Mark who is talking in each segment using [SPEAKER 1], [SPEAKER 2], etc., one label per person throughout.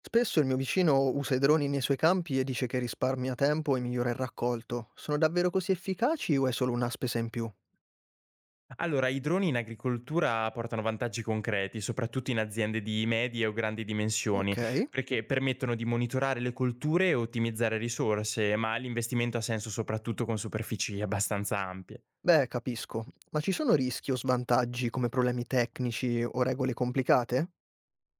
[SPEAKER 1] Spesso il mio vicino usa i droni nei suoi campi e dice che risparmia tempo e migliora il raccolto. Sono davvero così efficaci o è solo una spesa in più?
[SPEAKER 2] Allora, i droni in agricoltura portano vantaggi concreti, soprattutto in aziende di medie o grandi dimensioni,
[SPEAKER 1] Ok,
[SPEAKER 2] perché permettono di monitorare le colture e ottimizzare risorse, ma l'investimento ha senso soprattutto con superfici abbastanza ampie.
[SPEAKER 1] beh, capisco. Ma ci sono rischi o svantaggi come problemi tecnici o regole complicate?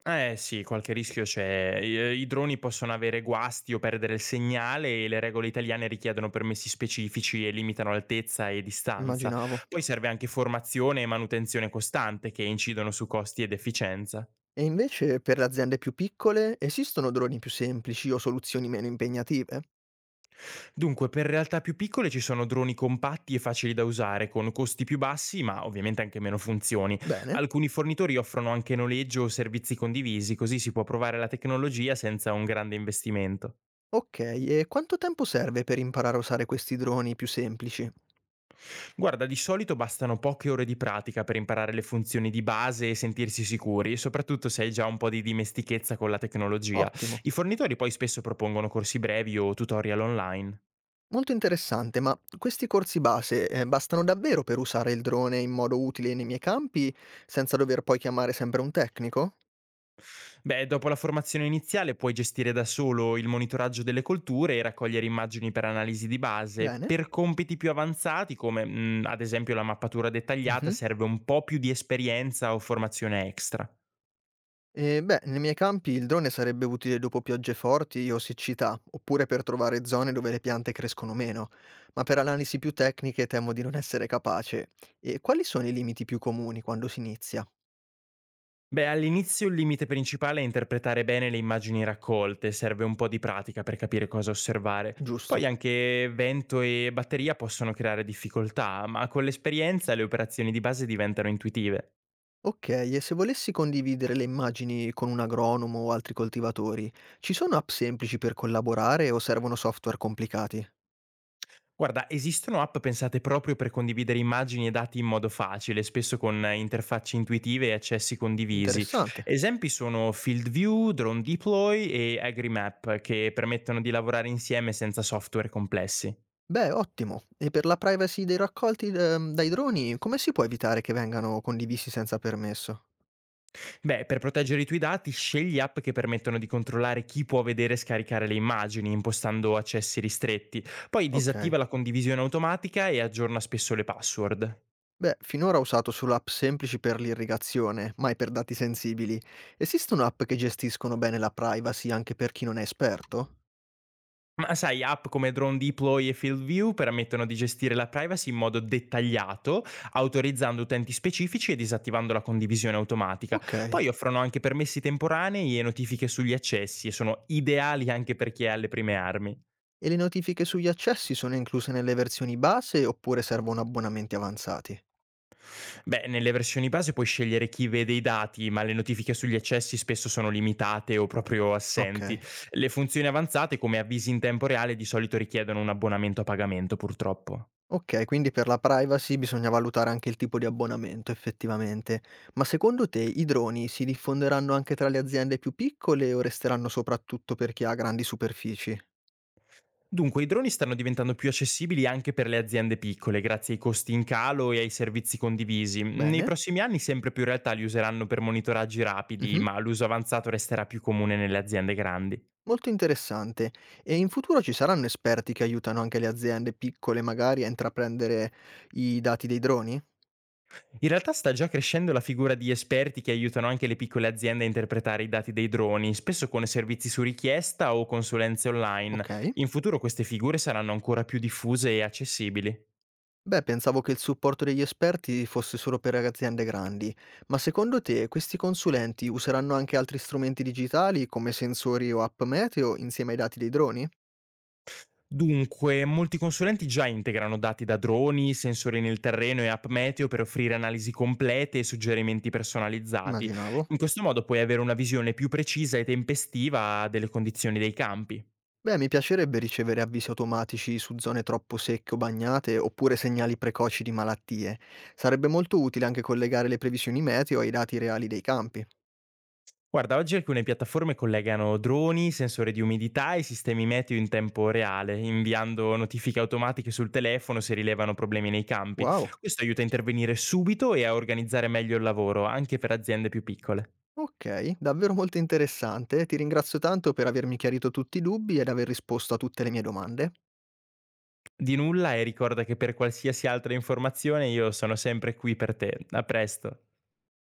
[SPEAKER 2] Eh sì, qualche rischio c'è. I droni possono avere guasti o perdere il segnale e le regole italiane richiedono permessi specifici e limitano altezza e distanza.
[SPEAKER 1] Immaginavo.
[SPEAKER 2] Poi serve anche formazione e manutenzione costante che incidono su costi ed efficienza.
[SPEAKER 1] E invece per le aziende più piccole esistono droni più semplici o soluzioni meno impegnative?
[SPEAKER 2] Dunque, per realtà più piccole ci sono droni compatti e facili da usare, con costi più bassi, ma ovviamente anche meno funzioni.
[SPEAKER 1] Bene.
[SPEAKER 2] Alcuni fornitori offrono anche noleggio o servizi condivisi, così si può provare la tecnologia senza un grande investimento.
[SPEAKER 1] Ok, e quanto tempo serve per imparare a usare questi droni più semplici?
[SPEAKER 2] Guarda, di solito bastano poche ore di pratica per imparare le funzioni di base e sentirsi sicuri, soprattutto se hai già un po' di dimestichezza con la tecnologia.
[SPEAKER 1] Ottimo.
[SPEAKER 2] I fornitori poi spesso propongono corsi brevi o tutorial online.
[SPEAKER 1] Molto interessante, ma questi corsi base, bastano davvero per usare il drone in modo utile nei miei campi, senza dover poi chiamare sempre un tecnico?
[SPEAKER 2] Beh, dopo la formazione iniziale puoi gestire da solo il monitoraggio delle colture e raccogliere immagini per analisi di base.
[SPEAKER 1] Bene.
[SPEAKER 2] Per compiti più avanzati, come ad esempio la mappatura dettagliata,
[SPEAKER 1] Mhm.
[SPEAKER 2] serve un po' più di esperienza o formazione extra.
[SPEAKER 1] E beh, nei miei campi il drone sarebbe utile dopo piogge forti o siccità, oppure per trovare zone dove le piante crescono meno, ma per analisi più tecniche temo di non essere capace. E quali sono i limiti più comuni quando si inizia?
[SPEAKER 2] Beh, all'inizio il limite principale è interpretare bene le immagini raccolte, serve un po' di pratica per capire cosa osservare.
[SPEAKER 1] Giusto.
[SPEAKER 2] Poi anche vento e batteria possono creare difficoltà, ma con l'esperienza le operazioni di base diventano intuitive.
[SPEAKER 1] Okay, e se volessi condividere le immagini con un agronomo o altri coltivatori, ci sono app semplici per collaborare o servono software complicati?
[SPEAKER 2] Guarda, esistono app pensate proprio per condividere immagini e dati in modo facile, spesso con interfacce intuitive e accessi condivisi.
[SPEAKER 1] Interessante.
[SPEAKER 2] Esempi sono FieldView, Drone Deploy e AgriMap, che permettono di lavorare insieme senza software complessi.
[SPEAKER 1] Beh, ottimo. E per la privacy dei raccolti, dai droni, come si può evitare che vengano condivisi senza permesso?
[SPEAKER 2] Beh, per proteggere i tuoi dati, scegli app che permettono di controllare chi può vedere e scaricare le immagini, impostando accessi ristretti. Poi disattiva
[SPEAKER 1] Ok.
[SPEAKER 2] la condivisione automatica e aggiorna spesso le password.
[SPEAKER 1] Beh, finora ho usato solo app semplici per l'irrigazione, mai per dati sensibili. Esistono app che gestiscono bene la privacy anche per chi non è esperto?
[SPEAKER 2] Ma sai, app come Drone Deploy e Field View permettono di gestire la privacy in modo dettagliato, autorizzando utenti specifici e disattivando la condivisione automatica.
[SPEAKER 1] Ok.
[SPEAKER 2] Poi offrono anche permessi temporanei e notifiche sugli accessi e sono ideali anche per chi è alle prime armi.
[SPEAKER 1] E le notifiche sugli accessi sono incluse nelle versioni base oppure servono abbonamenti avanzati?
[SPEAKER 2] Beh, nelle versioni base puoi scegliere chi vede i dati, ma le notifiche sugli accessi spesso sono limitate o proprio assenti.
[SPEAKER 1] Okay.
[SPEAKER 2] Le funzioni avanzate come avvisi in tempo reale di solito richiedono un abbonamento a pagamento, purtroppo.
[SPEAKER 1] Okay, quindi per la privacy bisogna valutare anche il tipo di abbonamento effettivamente. Ma secondo te i droni si diffonderanno anche tra le aziende più piccole o resteranno soprattutto per chi ha grandi superfici?
[SPEAKER 2] Dunque, i droni stanno diventando più accessibili anche per le aziende piccole, grazie ai costi in calo e ai servizi condivisi. Nei
[SPEAKER 1] Bene.
[SPEAKER 2] prossimi anni sempre più realtà li useranno per monitoraggi rapidi,
[SPEAKER 1] Mh-mh.
[SPEAKER 2] ma l'uso avanzato resterà più comune nelle aziende grandi.
[SPEAKER 1] Molto interessante. E in futuro ci saranno esperti che aiutano anche le aziende piccole magari a intraprendere i dati dei droni?
[SPEAKER 2] In realtà sta già crescendo la figura di esperti che aiutano anche le piccole aziende a interpretare i dati dei droni, spesso con servizi su richiesta o consulenze online.
[SPEAKER 1] Okay.
[SPEAKER 2] In futuro queste figure saranno ancora più diffuse e accessibili.
[SPEAKER 1] Beh, pensavo che il supporto degli esperti fosse solo per aziende grandi, ma secondo te questi consulenti useranno anche altri strumenti digitali come sensori o app meteo insieme ai dati dei droni?
[SPEAKER 2] Dunque, molti consulenti già integrano dati da droni, sensori nel terreno e app meteo per offrire analisi complete e suggerimenti personalizzati.
[SPEAKER 1] Immaginavo.
[SPEAKER 2] In questo modo puoi avere una visione più precisa e tempestiva delle condizioni dei campi.
[SPEAKER 1] Beh, mi piacerebbe ricevere avvisi automatici su zone troppo secche o bagnate oppure segnali precoci di malattie. Sarebbe molto utile anche collegare le previsioni meteo ai dati reali dei campi.
[SPEAKER 2] Guarda, oggi alcune piattaforme collegano droni, sensori di umidità e sistemi meteo in tempo reale, inviando notifiche automatiche sul telefono se rilevano problemi nei campi.
[SPEAKER 1] Wow.
[SPEAKER 2] Questo aiuta a intervenire subito e a organizzare meglio il lavoro, anche per aziende più piccole.
[SPEAKER 1] Ok, davvero molto interessante. Ti ringrazio tanto per avermi chiarito tutti i dubbi ed aver risposto a tutte le mie domande.
[SPEAKER 2] Di nulla e ricorda che per qualsiasi altra informazione io sono sempre qui per te. A presto.